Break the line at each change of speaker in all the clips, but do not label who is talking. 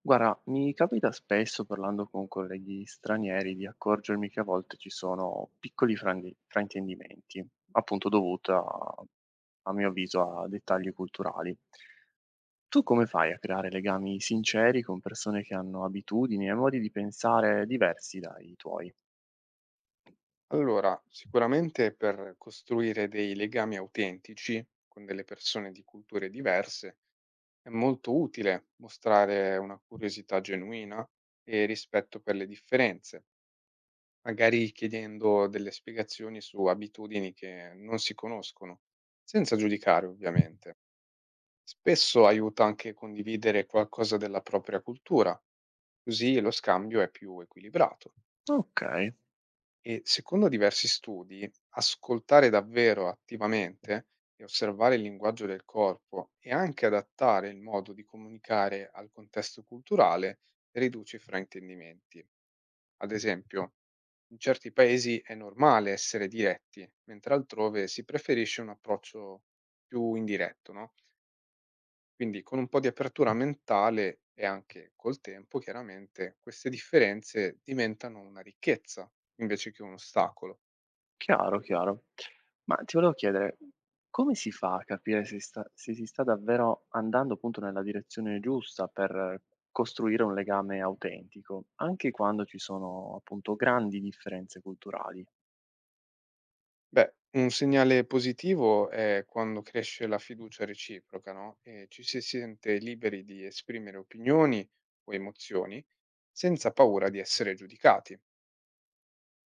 Guarda, mi capita spesso parlando con colleghi stranieri di accorgermi che a volte ci sono piccoli fraintendimenti, appunto dovuti a mio avviso a dettagli culturali. Tu come fai a creare legami sinceri con persone che hanno abitudini e modi di pensare diversi dai tuoi?
Allora, sicuramente per costruire dei legami autentici con delle persone di culture diverse è molto utile mostrare una curiosità genuina e rispetto per le differenze, magari chiedendo delle spiegazioni su abitudini che non si conoscono, senza giudicare ovviamente. Spesso aiuta anche condividere qualcosa della propria cultura, così lo scambio è più equilibrato.
Ok.
E secondo diversi studi, ascoltare davvero attivamente e osservare il linguaggio del corpo e anche adattare il modo di comunicare al contesto culturale riduce i fraintendimenti. Ad esempio, in certi paesi è normale essere diretti, mentre altrove si preferisce un approccio più indiretto, no? Quindi con un po' di apertura mentale e anche col tempo, chiaramente, queste differenze diventano una ricchezza invece che un ostacolo.
Chiaro, chiaro. Ma ti volevo chiedere, come si fa a capire se si sta davvero andando appunto nella direzione giusta per costruire un legame autentico, anche quando ci sono appunto grandi differenze culturali?
Beh, un segnale positivo è quando cresce la fiducia reciproca, no? E ci si sente liberi di esprimere opinioni o emozioni senza paura di essere giudicati.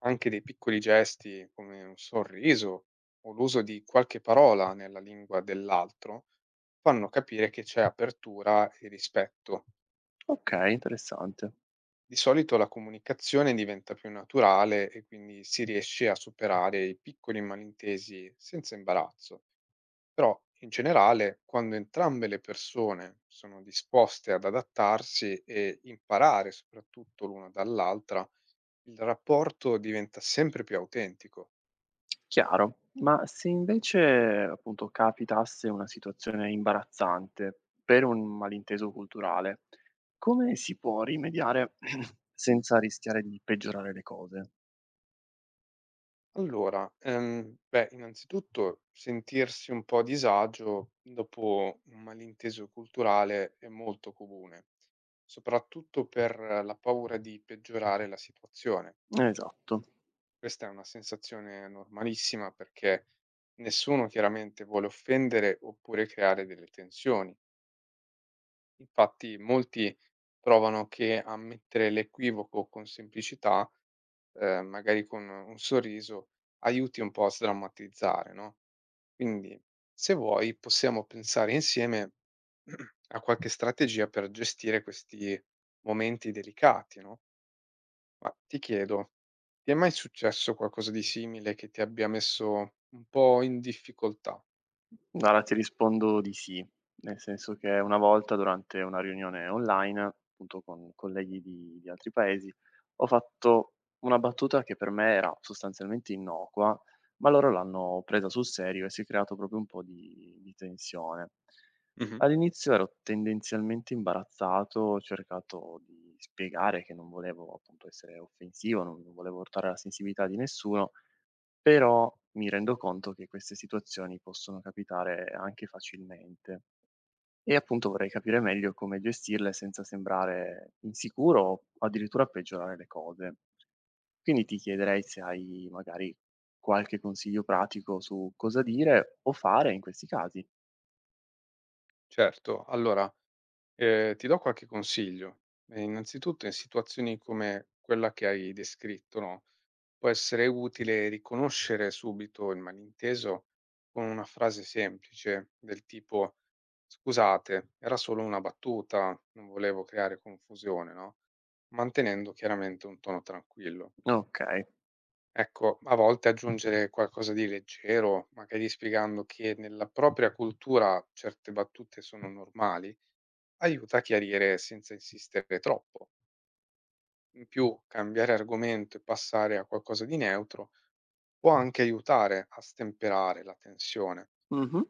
Anche dei piccoli gesti come un sorriso o l'uso di qualche parola nella lingua dell'altro fanno capire che c'è apertura e rispetto.
Okay, interessante.
Di solito la comunicazione diventa più naturale e quindi si riesce a superare i piccoli malintesi senza imbarazzo. Però, in generale, quando entrambe le persone sono disposte ad adattarsi e imparare soprattutto l'una dall'altra, il rapporto diventa sempre più autentico.
Chiaro. Ma se invece appunto capitasse una situazione imbarazzante per un malinteso culturale, come si può rimediare senza rischiare di peggiorare le cose?
Allora, beh, innanzitutto sentirsi un po' a disagio dopo un malinteso culturale è molto comune, soprattutto per la paura di peggiorare la situazione.
Esatto.
Questa è una sensazione normalissima perché nessuno chiaramente vuole offendere oppure creare delle tensioni. Infatti molti trovano che ammettere l'equivoco con semplicità, magari con un sorriso, aiuti un po' a sdrammatizzare, no? Quindi se vuoi possiamo pensare insieme a qualche strategia per gestire questi momenti delicati, no? Ma ti chiedo, ti è mai successo qualcosa di simile che ti abbia messo un po' in difficoltà?
Guarda, ti rispondo di sì, nel senso che una volta durante una riunione online, appunto con colleghi di altri paesi, ho fatto una battuta che per me era sostanzialmente innocua, ma loro l'hanno presa sul serio e si è creato proprio un po' di tensione.
Mh-mh.
All'inizio ero tendenzialmente imbarazzato, ho cercato di spiegare che non volevo appunto essere offensivo, non volevo urtare la sensibilità di nessuno, però mi rendo conto che queste situazioni possono capitare anche facilmente e appunto vorrei capire meglio come gestirle senza sembrare insicuro o addirittura peggiorare le cose. Quindi ti chiederei se hai magari qualche consiglio pratico su cosa dire o fare in questi casi.
Certo, allora, ti do qualche consiglio. Innanzitutto in situazioni come quella che hai descritto, no, può essere utile riconoscere subito il malinteso con una frase semplice del tipo: "Scusate, era solo una battuta, non volevo creare confusione", no, mantenendo chiaramente un tono tranquillo.
Ok.
Ecco, a volte aggiungere qualcosa di leggero, magari spiegando che nella propria cultura certe battute sono normali, aiuta a chiarire senza insistere troppo. In più, cambiare argomento e passare a qualcosa di neutro può anche aiutare a stemperare la tensione.
Mhm.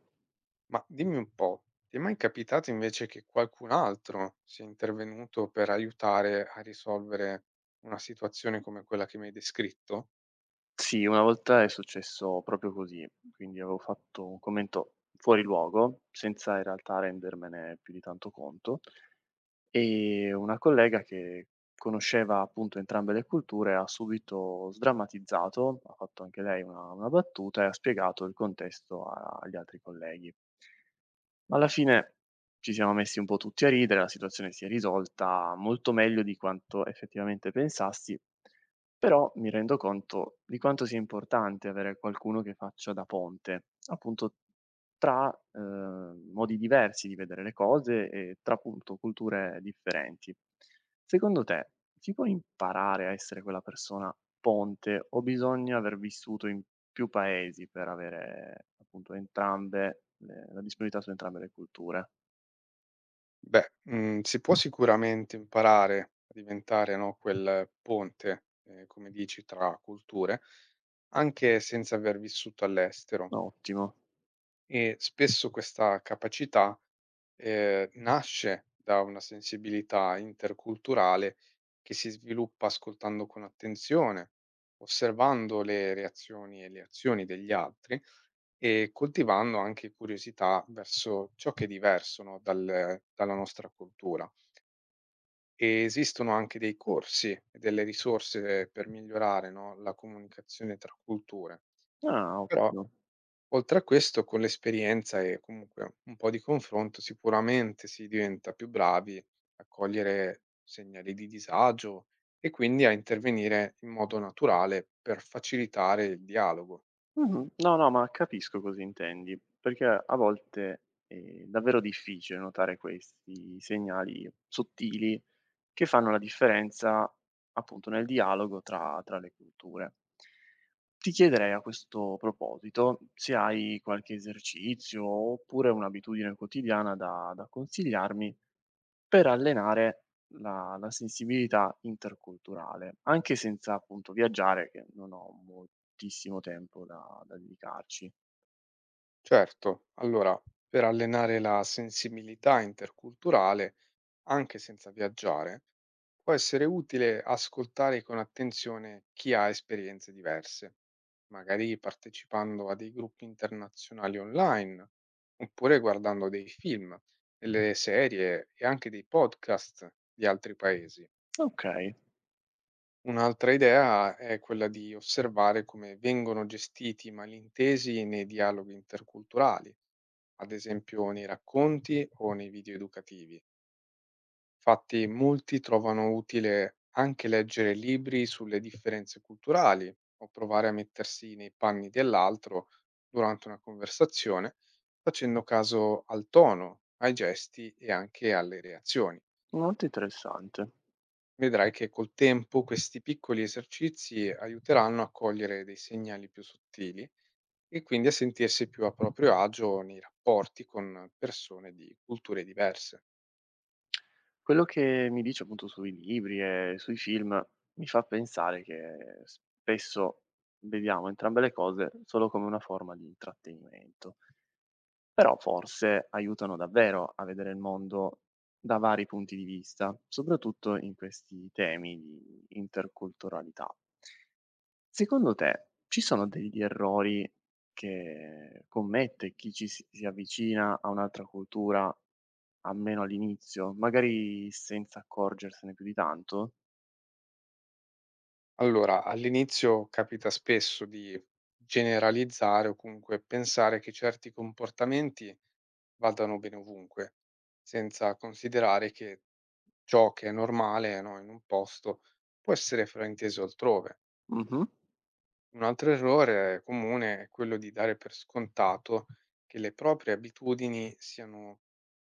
Ma dimmi un po', ti è mai capitato invece che qualcun altro sia intervenuto per aiutare a risolvere una situazione come quella che mi hai descritto?
Sì, una volta è successo proprio così, quindi avevo fatto un commento fuori luogo, senza in realtà rendermene più di tanto conto. E una collega che conosceva appunto entrambe le culture ha subito sdrammatizzato, ha fatto anche lei una battuta e ha spiegato il contesto agli altri colleghi. Ma alla fine ci siamo messi un po' tutti a ridere, la situazione si è risolta molto meglio di quanto effettivamente pensassi, però mi rendo conto di quanto sia importante avere qualcuno che faccia da ponte, appunto tra, modi diversi di vedere le cose e tra appunto culture differenti. Secondo te si può imparare a essere quella persona ponte o bisogna aver vissuto in più paesi per avere appunto entrambe le la disponibilità su entrambe le culture?
Beh, mhmm, si può sicuramente imparare a diventare, no, quel ponte, come dici, tra culture, anche senza aver vissuto all'estero,
Ottimo.
e spesso questa capacità, nasce da una sensibilità interculturale che si sviluppa ascoltando con attenzione, osservando le reazioni e le azioni degli altri e coltivando anche curiosità verso ciò che è diverso, no, dalla nostra cultura. E esistono anche dei corsi e delle risorse per migliorare, no, la comunicazione tra culture.
Ah,
Però
ottimo.
oltre a questo, con l'esperienza e comunque un po' di confronto, sicuramente si diventa più bravi a cogliere segnali di disagio e quindi a intervenire in modo naturale per facilitare il dialogo.
Mh-mh. No, no, ma capisco cosa intendi, perché a volte è davvero difficile notare questi segnali sottili che fanno la differenza, appunto, nel dialogo tra le culture. Ti chiederei a questo proposito se hai qualche esercizio oppure un'abitudine quotidiana da consigliarmi per allenare la sensibilità interculturale, anche senza appunto viaggiare, che non ho moltissimo tempo da dedicarci.
Certo, allora per allenare la sensibilità interculturale, anche senza viaggiare, può essere utile ascoltare con attenzione chi ha esperienze diverse, magari partecipando a dei gruppi internazionali online, oppure guardando dei film, delle serie e anche dei podcast di altri paesi.
Okay,
Un'altra idea è quella di osservare come vengono gestiti i malintesi nei dialoghi interculturali, ad esempio nei racconti o nei video educativi. Infatti molti trovano utile anche leggere libri sulle differenze culturali o provare a mettersi nei panni dell'altro durante una conversazione, facendo caso al tono, ai gesti e anche alle reazioni.
molto interessante.
Vedrai che col tempo questi piccoli esercizi aiuteranno a cogliere dei segnali più sottili e quindi a sentirsi più a proprio agio nei rapporti con persone di culture diverse.
Quello che mi dici appunto sui libri e sui film mi fa pensare che spesso vediamo entrambe le cose solo come una forma di intrattenimento. Però forse aiutano davvero a vedere il mondo da vari punti di vista, soprattutto in questi temi di interculturalità. Secondo te ci sono degli errori che commette chi ci si si avvicina a un'altra cultura, almeno all'inizio, magari senza accorgersene più di tanto?
Allora, all'inizio capita spesso di generalizzare o comunque pensare che certi comportamenti vadano bene ovunque, senza considerare che ciò che è normale, no, in un posto può essere frainteso altrove.
Mh-mh,
Un altro errore comune è quello di dare per scontato che le proprie abitudini siano,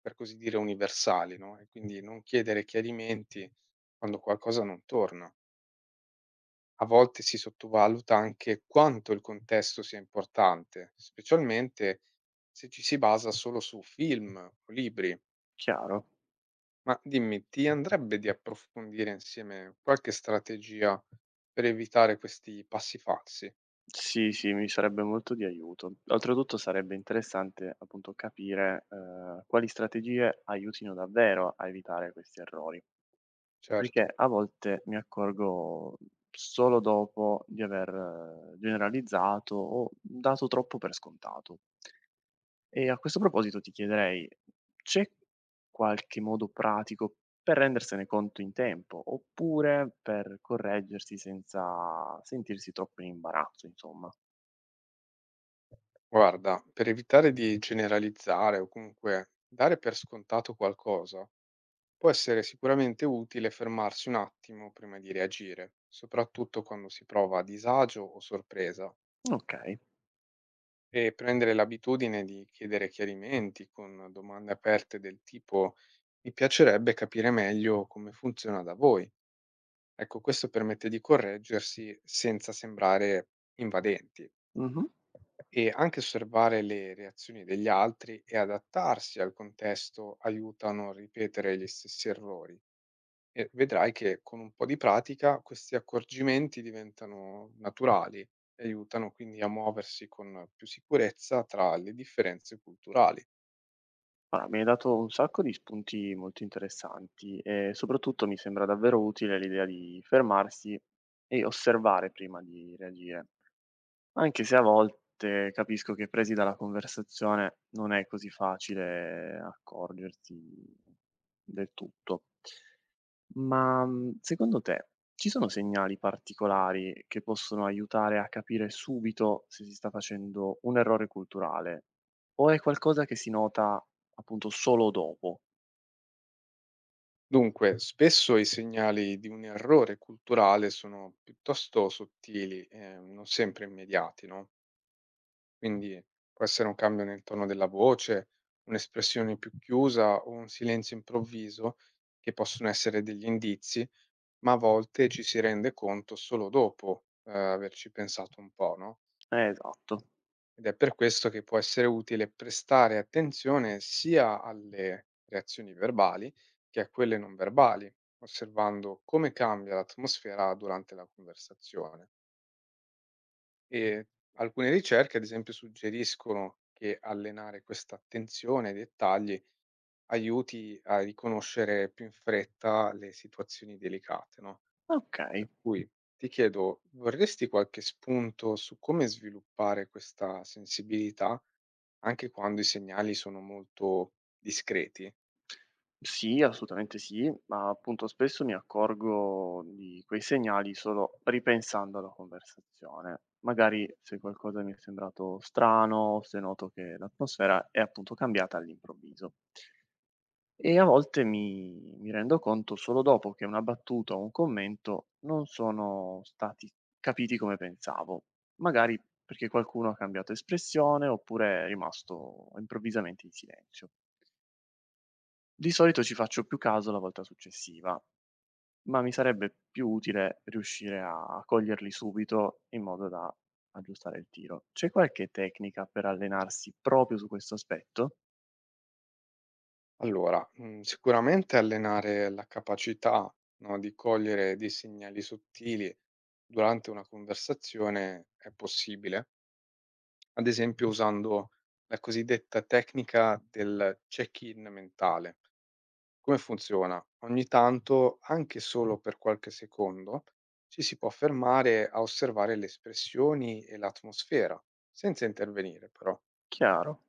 per così dire, universali, no? E quindi non chiedere chiarimenti quando qualcosa non torna. A volte si sottovaluta anche quanto il contesto sia importante, specialmente se ci si basa solo su film o libri.
chiaro.
Ma dimmi, ti andrebbe di approfondire insieme qualche strategia per evitare questi passi falsi?
Sì, sì, mi sarebbe molto di aiuto. Oltretutto sarebbe interessante appunto capire, quali strategie aiutino davvero a evitare questi errori,
Certo.
perché a volte mi accorgo solo dopo di aver generalizzato o dato troppo per scontato. E a questo proposito ti chiederei: c'è qualche modo pratico per rendersene conto in tempo, oppure per correggersi senza sentirsi troppo in imbarazzo, insomma?
Guarda, per evitare di generalizzare o comunque dare per scontato qualcosa, può essere sicuramente utile fermarsi un attimo prima di reagire, soprattutto quando si prova disagio o sorpresa,
Okay.
e prendere l'abitudine di chiedere chiarimenti con domande aperte del tipo: "Mi piacerebbe capire meglio come funziona da voi". Ecco, questo permette di correggersi senza sembrare invadenti,
Mh-mh.
e anche osservare le reazioni degli altri e adattarsi al contesto aiuta a non ripetere gli stessi errori. E vedrai che con un po' di pratica questi accorgimenti diventano naturali e aiutano quindi a muoversi con più sicurezza tra le differenze culturali.
Ah, mi hai dato un sacco di spunti molto interessanti e soprattutto mi sembra davvero utile l'idea di fermarsi e osservare prima di reagire. Anche se a volte capisco che presi dalla conversazione non è così facile accorgersi del tutto. Ma, secondo te ci sono segnali particolari che possono aiutare a capire subito se si sta facendo un errore culturale, o è qualcosa che si nota appunto solo dopo?
Dunque, spesso i segnali di un errore culturale sono piuttosto sottili e non sempre immediati, no? Quindi può essere un cambio nel tono della voce, un'espressione più chiusa o un silenzio improvviso che possono essere degli indizi, ma a volte ci si rende conto solo dopo, averci pensato un po', no,
Esatto.
ed è per questo che può essere utile prestare attenzione sia alle reazioni verbali che a quelle non verbali, osservando come cambia l'atmosfera durante la conversazione. E alcune ricerche, ad esempio, suggeriscono che allenare questa attenzione ai dettagli aiuti a riconoscere più in fretta le situazioni delicate, no?
Okay.
Per cui ti chiedo, vorresti qualche spunto su come sviluppare questa sensibilità anche quando i segnali sono molto discreti?
Sì, assolutamente sì, ma appunto spesso mi accorgo di quei segnali solo ripensando alla conversazione. Magari se qualcosa mi è sembrato strano, se noto che l'atmosfera è appunto cambiata all'improvviso. E a volte mi rendo conto solo dopo che una battuta o un commento non sono stati capiti come pensavo, magari perché qualcuno ha cambiato espressione oppure è rimasto improvvisamente in silenzio. Di solito ci faccio più caso la volta successiva, ma mi sarebbe più utile riuscire a coglierli subito in modo da aggiustare il tiro. C'è qualche tecnica per allenarsi proprio su questo aspetto?
Allora, mhmm, sicuramente allenare la capacità, no, di cogliere dei segnali sottili durante una conversazione è possibile, ad esempio usando la cosiddetta tecnica del check-in mentale. Come funziona? Ogni tanto, anche solo per qualche secondo, ci si può fermare a osservare le espressioni e l'atmosfera, senza intervenire però.
Chiaro,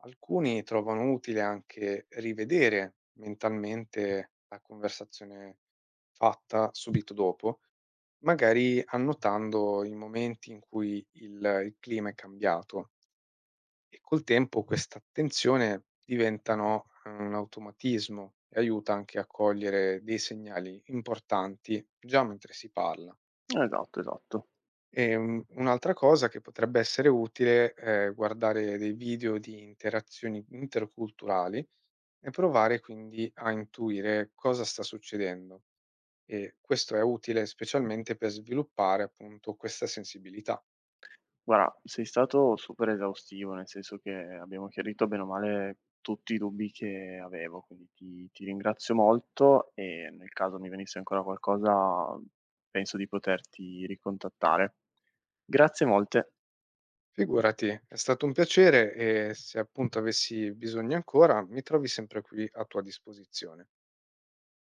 Alcuni trovano utile anche rivedere mentalmente la conversazione fatta subito dopo, magari annotando i momenti in cui il clima è cambiato. E col tempo questa attenzione diventa, no, un automatismo e aiuta anche a cogliere dei segnali importanti già mentre si parla.
esatto, esatto.
E un'altra cosa che potrebbe essere utile è guardare dei video di interazioni interculturali e provare quindi a intuire cosa sta succedendo. E questo è utile specialmente per sviluppare appunto questa sensibilità.
Guarda, sei stato super esaustivo, nel senso che abbiamo chiarito bene o male tutti i dubbi che avevo, quindi ti ringrazio molto e nel caso mi venisse ancora qualcosa penso di poterti ricontattare. Grazie molte.
Figurati, è stato un piacere e se appunto avessi bisogno ancora, mi trovi sempre qui a tua disposizione.